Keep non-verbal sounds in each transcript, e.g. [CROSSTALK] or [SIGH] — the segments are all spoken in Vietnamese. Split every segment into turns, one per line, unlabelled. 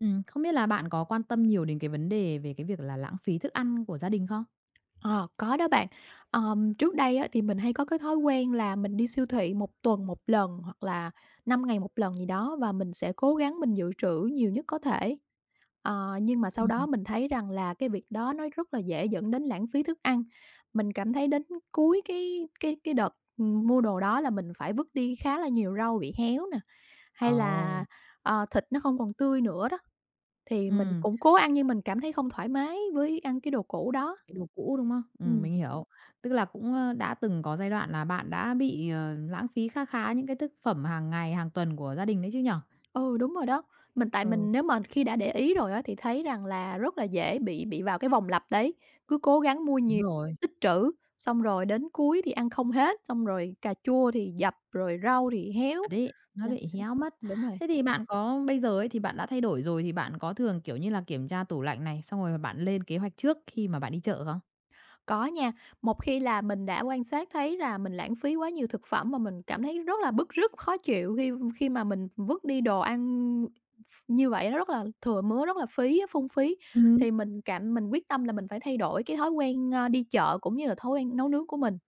Không biết là bạn có quan tâm nhiều đến cái vấn đề về cái việc là lãng phí thức ăn của gia đình không?
Ờ, có đó bạn. Trước đây á, thì mình hay có cái thói quen là mình đi siêu thị một tuần một lần hoặc là 5 ngày một lần gì đó, và mình sẽ cố gắng mình dự trữ nhiều nhất có thể. Nhưng mà sau đó
Ừm.
mình thấy rằng là cái việc đó nó rất là dễ dẫn đến lãng phí thức ăn. Mình cảm thấy đến cuối cái đợt, mua đồ đó là mình phải vứt đi khá là nhiều rau bị héo nè, hay
Ồ,
là, thịt nó không còn tươi nữa đó, thì mình
ừm,
cũng cố ăn nhưng mình cảm thấy không thoải mái với ăn cái đồ cũ đó.
cái đồ cũ, đúng không?
Ừm.
Mình hiểu. Tức là cũng đã từng có giai đoạn là bạn đã bị lãng phí khá khá những cái thực phẩm hàng ngày, hàng tuần của gia đình đấy chứ nhỉ?
Ừ, đúng rồi đó. Mình tại
Ừ,
mình nếu mà khi đã để ý rồi á, thì thấy rằng là rất là dễ bị vào cái vòng lặp đấy, cứ cố gắng mua
đúng
nhiều,
rồi,
tích trữ, xong rồi đến cuối thì ăn không hết, xong rồi cà chua thì dập, rồi rau thì héo.
thật đấy, nó
Dạ,
bị héo mất.
đúng rồi,
Thế thì bạn có bây giờ ấy thì bạn đã thay đổi rồi thì bạn có thường, kiểu như là, kiểm tra tủ lạnh này, xong rồi bạn lên kế hoạch trước khi mà bạn đi chợ không?
có nha. Một khi là mình đã quan sát thấy là mình lãng phí quá nhiều thực phẩm mà mình cảm thấy rất là bức rứt, khó chịu khi khi mà mình vứt đi đồ ăn như vậy, nó rất là thừa mứa, rất là phí á, phung phí.
Ừm.
Thì mình quyết tâm là mình phải thay đổi cái thói quen, đi chợ cũng như là thói quen nấu nướng của mình.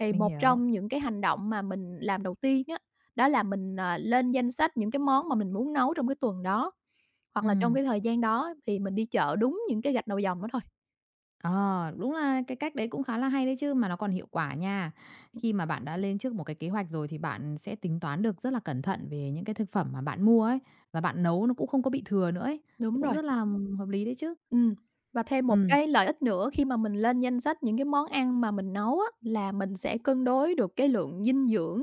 Thì
Mình
một
hiểu.
trong những cái hành động mà mình làm đầu tiên á, đó là mình, lên danh sách những cái món mà mình muốn nấu trong cái tuần đó, hoặc
Ừ.
là trong cái thời gian đó thì mình đi chợ đúng những cái gạch đầu dòng đó thôi.
Ờ, đúng là cái cách đấy cũng khá là hay đấy chứ, mà nó còn hiệu quả nha.
Ừm,
Khi mà bạn đã lên trước một cái kế hoạch rồi thì bạn sẽ tính toán được rất là cẩn thận về những cái thực phẩm mà bạn mua ấy, và bạn nấu nó cũng không có bị thừa nữa ấy, thì
đúng
cũng
rồi.
rất là hợp lý đấy chứ.
Ừm, và thêm một
Ừm,
cái lợi ích nữa khi mà mình lên danh sách những cái món ăn mà mình nấu á, là mình sẽ cân đối được cái lượng dinh dưỡng,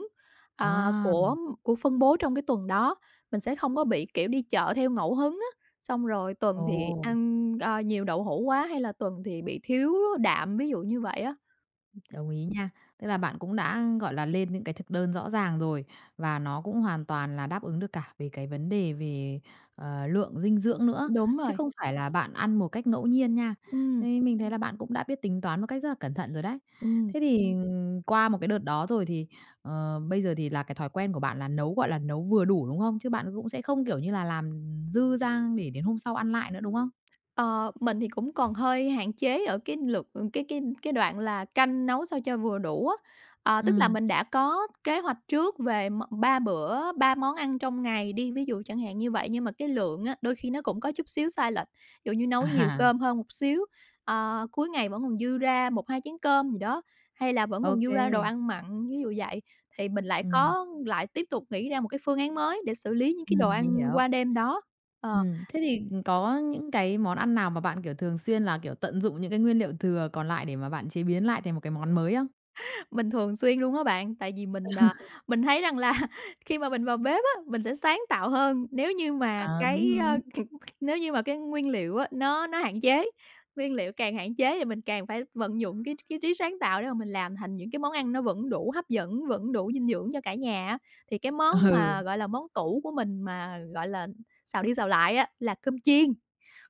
à,
à,
của của phân bố trong cái tuần đó. Mình sẽ không có bị, kiểu, đi chợ theo ngẫu hứng á, xong rồi tuần thì
ồ.
ăn, nhiều đậu hũ quá hay là tuần thì bị thiếu đạm, ví dụ như vậy á.
Đồng ý nha. Tức là bạn cũng đã, gọi là, lên những cái thực đơn rõ ràng rồi và nó cũng hoàn toàn là đáp ứng được cả về cái vấn đề về lượng dinh dưỡng nữa,
Đúng
chứ
rồi,
không phải là bạn ăn một cách ngẫu nhiên nha.
ừm,
Thế mình thấy là bạn cũng đã biết tính toán một cách rất là cẩn thận rồi đấy.
ừm.
Thế thì qua một cái đợt đó rồi thì bây giờ thì là cái thói quen của bạn là nấu, gọi là, nấu vừa đủ, đúng không? Chứ bạn cũng sẽ không, kiểu như là, làm dư ra để đến hôm sau ăn lại nữa, đúng không?
Ờ, mình thì cũng còn hơi hạn chế ở cái lượt, cái đoạn là canh nấu sao cho vừa đủ á. Ờ, tức là
Ừ.
mình đã có kế hoạch trước về 3 bữa, 3 món ăn trong ngày đi, ví dụ chẳng hạn như vậy, nhưng mà cái lượng á, đôi khi nó cũng có chút xíu sai lệch. Ví dụ như nấu
[LAUGHS]
nhiều
À,
cơm hơn một xíu, cuối ngày vẫn còn dư ra một 2 chén cơm gì đó, hay là vẫn
ô
còn dư
kê.
ra đồ ăn mặn, ví dụ vậy. Thì mình lại
Ừm,
có lại tiếp tục nghĩ ra một cái phương án mới để xử lý những cái đồ
mình
ăn
hiểu.
qua đêm đó. Ờ.
Thế thì, có những cái món ăn nào mà bạn, kiểu, thường xuyên là, kiểu, tận dụng những cái nguyên liệu thừa còn lại để mà bạn chế biến lại thành một cái món mới không?
Mình thường xuyên luôn á bạn, tại vì mình, mình thấy rằng là [LAUGHS] khi mà mình vào bếp á, mình sẽ sáng tạo hơn nếu như mà
Ờ, đúng
cái,
rồi.
[LAUGHS] nếu như mà cái nguyên liệu á, nó hạn chế. Nguyên liệu càng hạn chế thì mình càng phải vận dụng cái trí sáng tạo để mà mình làm thành những cái món ăn nó vẫn đủ hấp dẫn, vẫn đủ dinh dưỡng cho cả nhà á. Thì cái món
Ừ,
mà, gọi là, món tủ của mình mà, gọi là, xào đi xào lại á, là cơm chiên,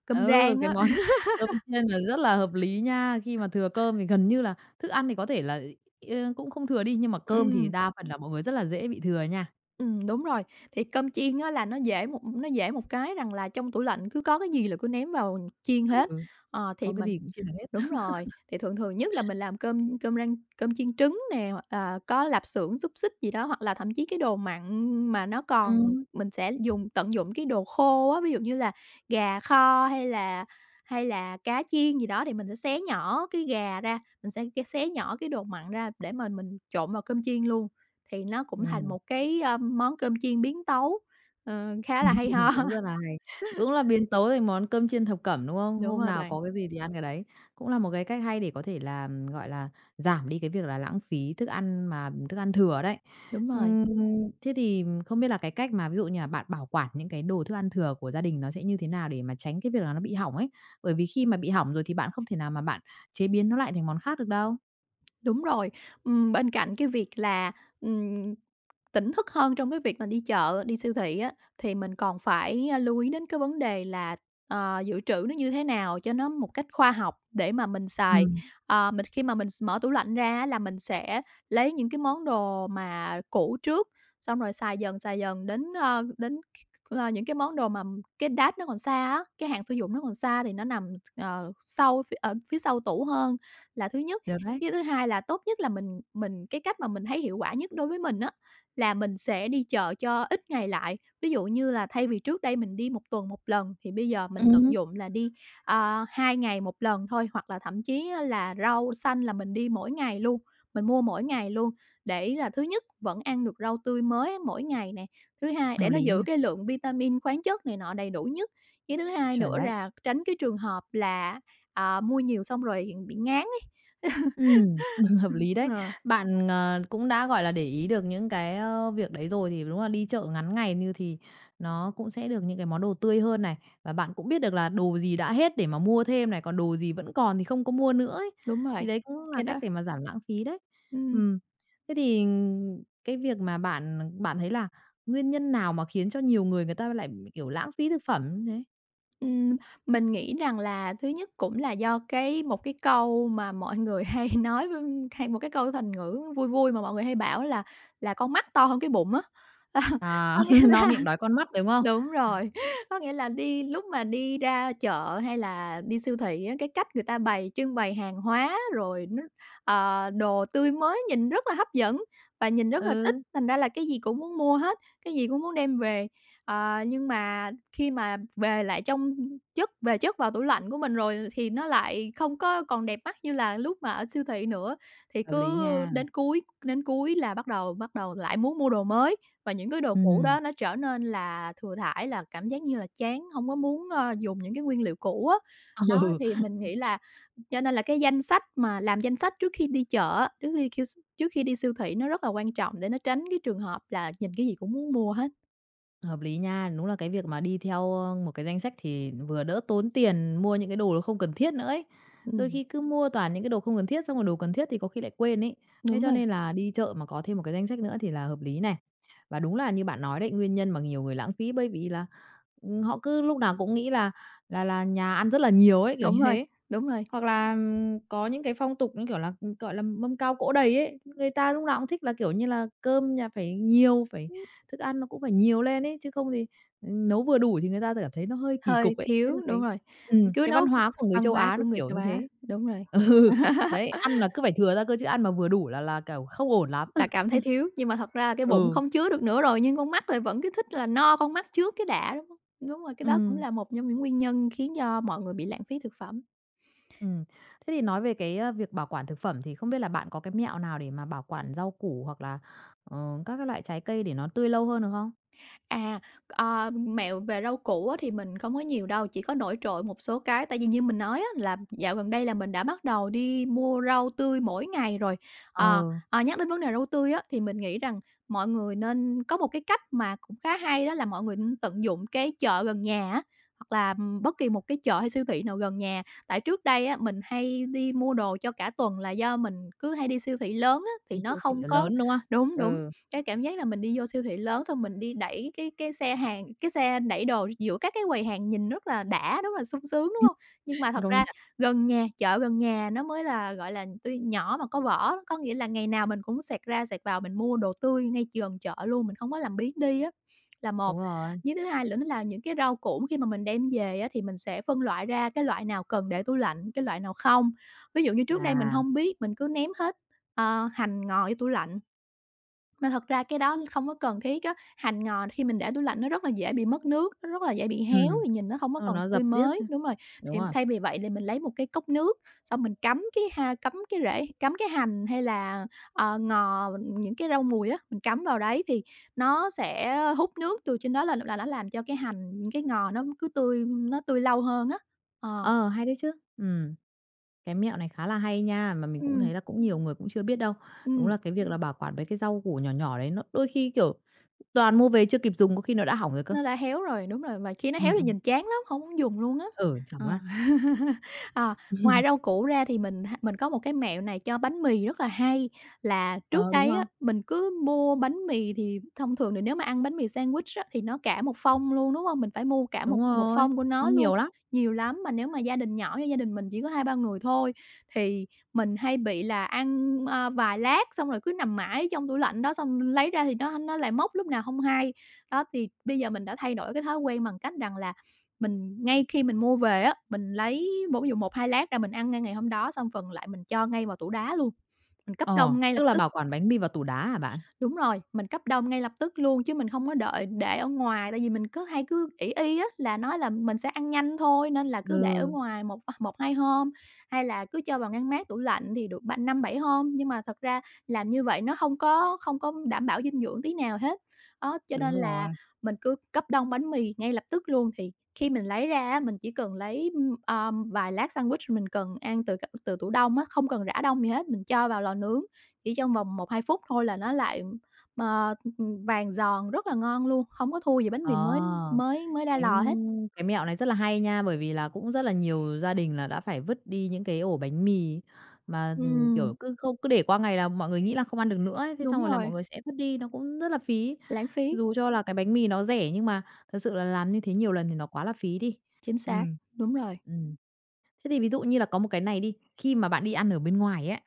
cơm
ừ.
rang
Cái
á.
món [LAUGHS] cơm chiên là rất là hợp lý nha, khi mà thừa cơm thì gần như là thức ăn thì có thể là cũng không thừa đi, nhưng mà
[LAUGHS]
cơm thì
Ừm.
đa phần là mọi người rất là dễ bị thừa nha.
Đúng rồi. Thì cơm chiên á là nó dễ một cái rằng là trong tủ lạnh cứ có cái gì là cứ ném vào chiên hết.
Ừ,
Ờ, thì
có cái
mình
gì cũng chia được hết.
Đúng rồi, thì thường thường nhất là mình làm cơm cơm rang cơm chiên trứng nè, hoặc là có lạp xưởng, xúc xích gì đó, hoặc là thậm chí cái đồ mặn mà nó còn
Ừm.
mình sẽ dùng tận dụng cái đồ khô á, ví dụ như là gà kho hay là cá chiên gì đó thì mình sẽ xé nhỏ cái gà ra, mình sẽ xé nhỏ cái đồ mặn ra để mà mình trộn vào cơm chiên luôn, thì nó cũng thành
Ừm.
một cái, món cơm chiên biến tấu, khá là hay ho.
Cũng rất là
[LAUGHS]
hay. Cũng là biến tấu thành món cơm chiên thập cẩm, đúng không?
Đúng
Hôm
rồi
nào
bạn,
có cái gì thì ăn cái đấy. Cũng là một cái cách hay để có thể là, gọi là, giảm đi cái việc là lãng phí thức ăn mà thức ăn thừa đấy.
đúng rồi.
Ừm, Thế thì không biết là cái cách mà ví dụ như là bạn bảo quản những cái đồ thức ăn thừa của gia đình nó sẽ như thế nào để mà tránh cái việc là nó bị hỏng ấy? Bởi vì khi mà bị hỏng rồi thì bạn không thể nào mà bạn chế biến nó lại thành món khác được đâu.
Đúng rồi. Bên cạnh cái việc là, ừm, tỉnh thức hơn trong cái việc mà đi chợ, đi siêu thị á, thì mình còn phải, lưu ý đến cái vấn đề là, dự trữ nó như thế nào cho nó một cách khoa học để mà mình xài.
Ừm,
Ờ, mình khi mà mình s mở tủ lạnh ra á là mình sẽ lấy những cái món đồ mà cũ trước, xong rồi xài dần đến những cái món đồ mà cái date nó còn xa á, cái hạn sử dụng nó còn xa thì nó nằm, sau ở phía sau tủ hơn là thứ nhất.
Được đấy.
Cái thứ hai là tốt nhất là mình, cách mà mình thấy hiệu quả nhất đối với mình á, là mình sẽ đi chợ cho ít ngày lại. Ví dụ như là thay vì trước đây mình đi một tuần một lần thì bây giờ mình tận
Ừm.
dụng là đi, 2 ngày một lần thôi, hoặc là thậm chí á là rau xanh là mình đi mỗi ngày luôn, mình mua mỗi ngày luôn, để là thứ nhất vẫn ăn được rau tươi mới mỗi ngày nè, thứ hai để
Hợp
nó
lý
giữ
nha,
cái lượng vitamin, khoáng chất này nọ đầy đủ nhất. Cái thứ hai
chuẩn
nữa
đấy.
là tránh cái trường hợp là, mua nhiều xong rồi bị ngán ấy.
Ừm, [LAUGHS] Hợp lý đấy.
Ờ.
Bạn cũng đã, gọi là, để ý được những cái việc đấy rồi thì đúng là đi chợ ngắn ngày như thì nó cũng sẽ được những cái món đồ tươi hơn này, và bạn cũng biết được là đồ gì đã hết để mà mua thêm này, còn đồ gì vẫn còn thì không có mua nữa ấy.
Đúng rồi,
Thì đấy cũng là
cái
cách
đó
để mà giảm lãng phí đấy.
ừm,
Ừm, Thế thì cái việc mà bạn bạn thấy là nguyên nhân nào mà khiến cho nhiều người người ta lại, kiểu, lãng phí thực phẩm như thế?
ừm, mình nghĩ rằng là thứ nhất cũng là do một câu mà mọi người [LAUGHS] hay nói với hay một cái câu thành ngữ vui vui mà mọi người hay bảo là "Con mắt to hơn cái bụng" á. [LAUGHS]
À,
Có nghĩa
[LAUGHS] no
là,
miệng đói con mắt, đúng không?
đúng rồi, [LAUGHS] có nghĩa là lúc mà đi ra chợ hay là đi siêu thị á, cái cách người ta trưng bày hàng hóa rồi nó đồ tươi mới nhìn rất là hấp dẫn và nhìn rất là thích,
Ừ,
thành ra là cái gì cũng muốn mua hết, cái gì cũng muốn đem về. Ờ, nhưng mà khi mà về chất vào tủ lạnh của mình rồi thì nó lại không có còn đẹp mắt như là lúc mà ở siêu thị nữa, thì
hợp lý
cứ
nha.
đến cuối là bắt đầu lại muốn mua đồ mới. Và những cái đồ cũ
Ừm,
đó nó trở nên là thừa thãi, là cảm giác như là chán, hông có muốn, dùng những cái nguyên liệu cũ á.
[LAUGHS]
Đó,
ừ.
thì mình nghĩ là cho nên là cái danh sách mà làm danh sách trước khi đi chợ á, trước khi đi siêu thị nó rất là quan trọng để nó tránh cái trường hợp là nhìn cái gì cũng muốn mua hết.
Hợp lý nha, đúng là cái việc mà đi theo một cái danh sách thì vừa đỡ tốn tiền mua những cái đồ nó không cần thiết nữa ấy. Đôi
Ừm.
khi cứ mua toàn những cái đồ không cần thiết, xong rồi đồ cần thiết thì có khi lại quên ấy. Thế
Đúng
cho
rồi.
nên là đi chợ mà có thêm một cái danh sách nữa thì là hợp lý này. Và đúng là như bạn nói đấy, nguyên nhân mà nhiều người lãng phí bởi vì là, họ cứ lúc nào cũng nghĩ là là nhà ăn rất là nhiều ấy, kiểu
Đúng
như
rồi,
thế.
đúng rồi,
Hoặc là, có những cái phong tục, như kiểu là, gọi là, mâm cao cỗ đầy ấy, người ta lúc nào cũng thích là, kiểu như là, cơm nhà phải nhiều, phải thức ăn nó cũng phải nhiều lên ấy, chứ không thì, nấu vừa đủ thì người ta cảm thấy nó hơi kỳ
hơi
cục ấy. Đấy là
thiếu, đúng
cái
rồi,
ừm,
cứ
cái văn
nấu ph
hóa của người
văn
châu
hóa
Á
của
nó
người
kiểu
châu
như
Á,
thế.
đúng rồi.
[LAUGHS] Ừ, đấy, ăn là cứ phải thừa ra cơ, chứ ăn mà vừa đủ là , kiểu, không ổn lắm.
Là cảm thấy
[LAUGHS]
thiếu, nhưng mà thật ra cái bụng
Ừ,
không chứa được nữa rồi, nhưng con mắt lại vẫn cứ thích là no con mắt trước cái đã, đúng hông? Đúng rồi, cái đó cũng
ừ.
là một trong những nguyên nhân khiến cho mọi người bị lãng phí thực phẩm.
Ừm, Thế thì nói về cái việc bảo quản thực phẩm thì không biết là bạn có cái mẹo nào để mà bảo quản rau củ hoặc là các cái loại trái cây để nó tươi lâu hơn được không?
À, mẹo về rau củ á thì mình không có nhiều đâu, chỉ có nổi trội một số cái. Tại vì như mình nói á là dạo gần đây là mình đã bắt đầu đi mua rau tươi mỗi ngày rồi.
Ờ,
Ờ, nhắc đến vấn đề rau tươi á, thì mình nghĩ rằng mọi người nên có một cái cách mà cũng khá hay, đó là mọi người nên tận dụng cái chợ gần nhà á, hoặc là, bất kỳ một cái chợ hay siêu thị nào gần nhà. Tại trước đây á, mình hay đi mua đồ cho cả tuần là do mình cứ hay đi siêu thị lớn á, thì
đi
nó
siêu thị
không
là
có
lớn, đúng không?
đúng, đúng.
Ừ,
Cái cảm giác là mình đi vô siêu thị lớn xong mình đi đẩy cái xe đẩy đồ giữa các cái quầy hàng nhìn rất là đã, rất là sung sướng, đúng hông? Nhưng mà thật
công
ra
nhận.
gần nhà chợ gần nhà nó mới là, gọi là, tuy nhỏ mà có vỏ, có nghĩa là ngày nào mình cũng xẹt ra xẹt vào mình mua đồ tươi ngay gần chợ luôn, mình không có làm biếng đi á, là một.
Đúng rồi,
Với thứ hai nữa là những cái rau củ khi mà mình đem về á thì mình sẽ phân loại ra cái loại nào cần để tủ lạnh, cái loại nào không. Ví dụ như trước đây mình
à,
hông biết, mình cứ ném hết, hành ngò vô tủ lạnh, mà thật ra cái đó không có cần thiết á, hành ngò khi mình để tủ lạnh nó rất là dễ bị mất nước, nó rất là dễ bị héo
ừm,
thì nhìn nó không có còn
nó dập
tươi
riếc
mới. Đúng rồi,
đúng
thì
rồi.
thay vì vậy thì mình lấy một cái cốc nước, xong mình cắm cái rễ cắm cái hành hay là, ngò, những cái rau mùi á, mình cắm vào đấy thì nó sẽ hút nước từ trên đó lên là nó làm cho cái hành, cái ngò nó cứ tươi nó tươi lâu hơn á. Ờ,
Ờ, hay đấy chứ, ừm, cái mẹo này khá là hay nha, mà mình cũng
ừm,
thấy là cũng nhiều người cũng chưa biết đâu. Đúng
ừm.
là cái việc là bảo quản mấy cái rau củ nhỏ nhỏ đấy nó đôi khi, kiểu, toàn mua về chưa kịp dùng có khi nó đã hỏng rồi cơ.
Nó đã héo rồi, đúng rồi, và khi nó héo
Ừm,
thì
ừm.
nhìn chán lắm, hông muốn dùng luôn á.
Ừ, chẳng có
Ờ.
ăn.
[LAUGHS] Ờ, ngoài rau củ ra thì mình có một cái mẹo này cho bánh mì rất là hay, là trước
Ờ, đúng
đây á,
rồi.
mình cứ mua bánh mì thì thông thường thì nếu mà ăn bánh mì sandwich á, thì nó cả một phong luôn, đúng hông? Mình phải mua cả một
Đúng
một
rồi,
phong của
nó
nó luôn,
nhiều lắm.
nhiều lắm, mà nếu mà gia đình nhỏ như gia đình mình chỉ có hai ba người thôi, thì mình hay bị là ăn, vài lát xong rồi cứ nằm mãi trong tủ lạnh đó, xong lấy ra thì nó lại mốc lúc nào hông hay. Đó, thì bây giờ mình đã thay đổi cái thói quen bằng cách rằng là mình ngay khi mình mua về á, mình lấy một ví dụ một hai lát ra mình ăn ngay ngày hôm đó, xong phần lại mình cho ngay vào tủ đá luôn, mình cấp
Ờ,
đông ngay lập
tức là
tức.
bảo quản bánh mì vào tủ đá hả bạn?
Đúng rồi, mình cấp đông ngay lập tức luôn chứ mình không có đợi để ở ngoài, tại vì mình cứ hay cứ ỷ y á, là nói là mình sẽ ăn nhanh thôi nên là cứ để ở
Ừ,
ngoài một, hai hôm, hay là cứ cho vào ngăn mát tủ lạnh thì được ba năm, bảy hôm, nhưng mà thật ra làm như vậy nó không có đảm bảo dinh dưỡng tí nào hết. Đó, cho nên
đúng rồi.
là mình cứ cấp đông bánh mì ngay lập tức luôn, thì khi mình lấy ra á, mình chỉ cần lấy, vài lát sandwich mình cần ăn từ từ tủ đông á, không cần rã đông gì hết, mình cho vào lò nướng chỉ trong vòng một hai phút thôi là nó lại, ờ, vàng giòn rất là ngon luôn, không có thua gì bánh mì
Ờ.
mới mới mới ra
Cái,
lò hết.
cái mẹo này rất là hay nha, bởi vì là cũng rất là nhiều gia đình là đã phải vứt đi những cái ổ bánh mì mà,
Ừm,
kiểu, cứ không cứ để qua ngày là mọi người nghĩ là không ăn được nữa ấy, thế xong
đúng
rồi là
rồi,
mọi người sẽ vứt đi, nó cũng rất là phí.
lãng phí,
Dù cho là cái bánh mì nó rẻ nhưng mà thật sự là làm như thế nhiều lần thì nó quá là phí đi.
chính
Ừ,
xác, đúng rồi.
ừm. Thế thì ví dụ như là có một cái này đi, khi mà bạn đi ăn ở bên ngoài ấy,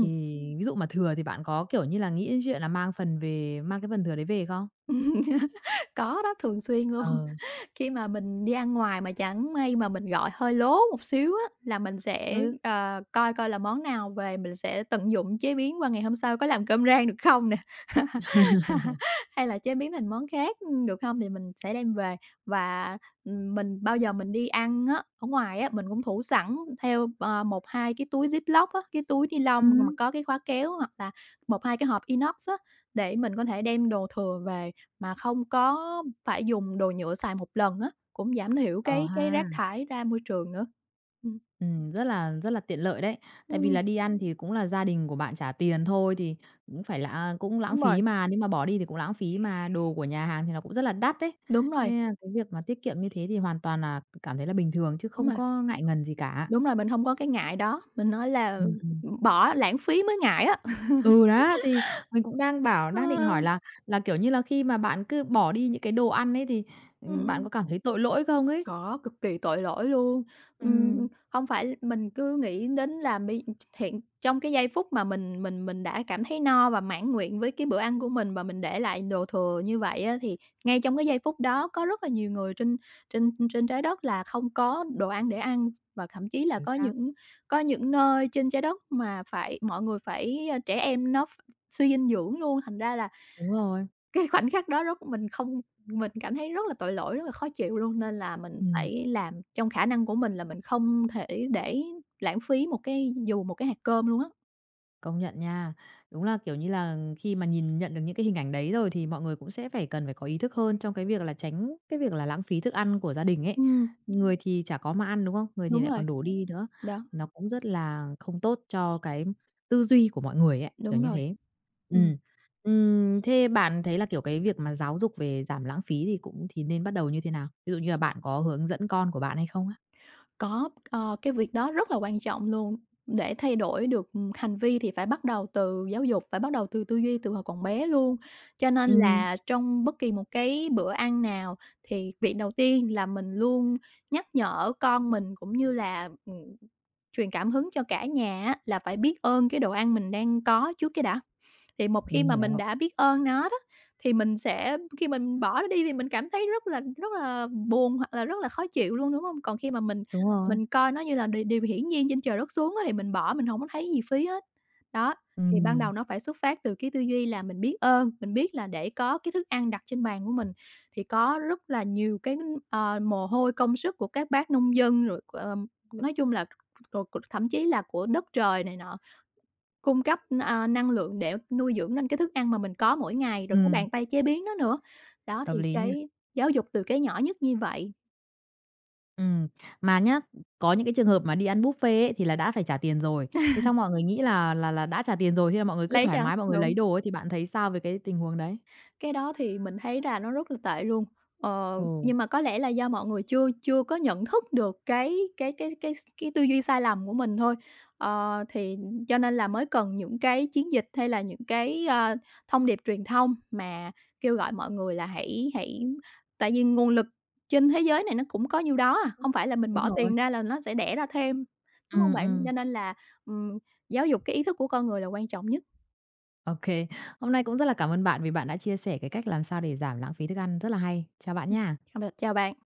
thì ví dụ mà thừa thì bạn có, kiểu như là, nghĩ đến chuyện là mang phần về mang cái phần thừa đấy về không?
[LAUGHS] có đó, thường xuyên luôn.
Ờ.
[LAUGHS] Khi mà mình đi ăn ngoài mà chẳng may mà mình gọi hơi lố một xíu á, là mình sẽ,
Ừ.
coi coi là món nào về mình sẽ tận dụng chế biến qua ngày hôm sau có làm cơm rang được không nè.
[LAUGHS]
Hay là chế biến thành món khác, ừ, được không? Thì mình sẽ đem về và, ừ, mình bao giờ mình đi ăn á, ở ngoài á, mình cũng thủ sẵn theo, 1, 2 cái túi Ziploc á, cái túi ni lông mà
Ừm.
có cái khóa kéo hoặc là một 2 cái hộp inox á, để mình có thể đem đồ thừa về mà không có phải dùng đồ nhựa xài một lần á, cũng giảm thiểu
Ờ
cái
ha,
rác thải ra môi trường nữa. Ừm,
rất là tiện lợi đấy. Tại vì
ừm,
là đi ăn thì cũng là gia đình của bạn trả tiền thôi thì cũng phải là cũng lãng
đúng rồi,
phí mà, nếu mà bỏ đi thì cũng lãng phí mà, đồ của nhà hàng thì nó cũng rất là đắt đấy.
đúng
Thế
rồi,
à, cái việc mà tiết kiệm như thế thì hoàn toàn là cảm thấy là bình thường chứ
đúng
không
rồi,
có ngại ngần gì cả.
đúng rồi, mình không có cái ngại đó, mình nói là
Ừm, ừm.
bỏ lãng phí mới ngại á.
Ừ, đó, thì mình cũng đang bảo đang định hỏi
[LAUGHS]
là , kiểu như là, khi mà bạn cứ bỏ đi những cái đồ ăn ấy thì, bạn
Ừm,
có cảm thấy tội lỗi không ấy?
có, cực kỳ tội lỗi luôn. Ừm,
Ừm,
hông phải mình cứ nghĩ đến là hiện trong cái giây phút mà mình đã cảm thấy no và mãn nguyện với cái bữa ăn của mình và mình để lại đồ thừa như vậy á, thì ngay trong cái giây phút đó có rất là nhiều người trên trên trên trái đất là không có đồ ăn để ăn và thậm chí là
chính xác,
có những nơi trên trái đất mà phải mọi người phải, trẻ em nó ph suy dinh dưỡng luôn, thành ra là
đúng rồi,
cái khoảnh khắc đó rất mình không mình cảm thấy rất là tội lỗi, rất là khó chịu luôn, nên là mình
ừm.
phải làm trong khả năng của mình là mình không thể để lãng phí một cái hạt cơm luôn á.
Công nhận nha. Đúng là, kiểu như là, khi mà nhìn nhận được những cái hình ảnh đấy rồi thì mọi người cũng sẽ phải cần phải có ý thức hơn trong cái việc là tránh cái việc là lãng phí thức ăn của gia đình ấy.
Ừm,
Người thì chả có mà ăn, đúng không? Người thì
đúng
lại
rồi,
còn đổ đi nữa.
đó,
Nó cũng rất là không tốt cho cái tư duy của mọi người ấy, kiểu
đúng
như
rồi.
thế. Ừ,
Ừm.
Thế bạn thấy là, kiểu, cái việc mà giáo dục về giảm lãng phí thì cũng thì nên bắt đầu như thế nào? Ví dụ như là bạn có hướng dẫn con của bạn hay không á?
Có, cái việc đó rất là quan trọng luôn. Để thay đổi được, hành vi thì phải bắt đầu từ giáo dục, phải bắt đầu từ tư duy từ hồi còn bé luôn. Cho nên
Ừ,
là trong bất kỳ một cái bữa ăn nào thì việc đầu tiên là mình luôn nhắc nhở con mình cũng như là, truyền cảm hứng cho cả nhà á, là phải biết ơn cái đồ ăn mình đang có trước cái đã. Thì một khi
mình
mà mình
hiểu.
đã biết ơn nó đó, thì mình sẽ khi mình bỏ nó đi thì mình cảm thấy rất là buồn hoặc là rất là khó chịu luôn, đúng không? Còn khi mà mình
Đúng rồi.
mình coi nó như là điều điều hiển nhiên trên trời đất xuống á, thì mình bỏ, mình hổng có thấy gì phí hết. Đó,
Ừ,
thì ban đầu nó phải xuất phát từ cái tư duy là mình biết ơn, mình biết là để có cái thức ăn đặt trên bàn của mình thì có rất là nhiều cái, mồ hôi công sức của các bác nông dân rồi, nói chung là rồi c thậm chí là của đất trời này nọ, cung cấp, năng lượng để nuôi dưỡng nên cái thức ăn mà mình có mỗi ngày, rồi cái
ừm,
bàn tay chế biến nó nữa. Đó,
hợp
thì
lý nha.
cái giáo dục từ cái nhỏ nhất như vậy,
Ừm, mà nhá, có những cái trường hợp mà đi ăn buffet ấy thì là đã phải trả tiền rồi, thế xong mọi người nghĩ là là đã trả tiền rồi, thế là mọi người cứ
lấy
thoải
cho
mái mọi người
đúng.
lấy đồ ấy, thì bạn thấy sao về cái tình huống đấy?
Cái đó thì mình thấy là nó rất là tệ luôn. Ờ,
Ồ,
nhưng mà có lẽ là do mọi người chưa chưa có nhận thức được cái tư duy sai lầm của mình thôi. Ờ, thì cho nên là mới cần những cái chiến dịch hay là những cái, thông điệp truyền thông mà kêu gọi mọi người là hãy hãy tại vì nguồn lực trên thế giới này nó cũng có nhiêu đó à, hông phải là mình
đúng
bỏ
rồi.
tiền ra là nó sẽ đẻ ra thêm, đúng không bạn?
Ừm.
Cho nên là, ừm, giáo dục cái ý thức của con người là quan trọng nhất.
Ô kê. Hôm nay cũng rất là cảm ơn bạn vì bạn đã chia sẻ cái cách làm sao để giảm lãng phí thức ăn rất là hay. Chào bạn nha.
Chào bạn.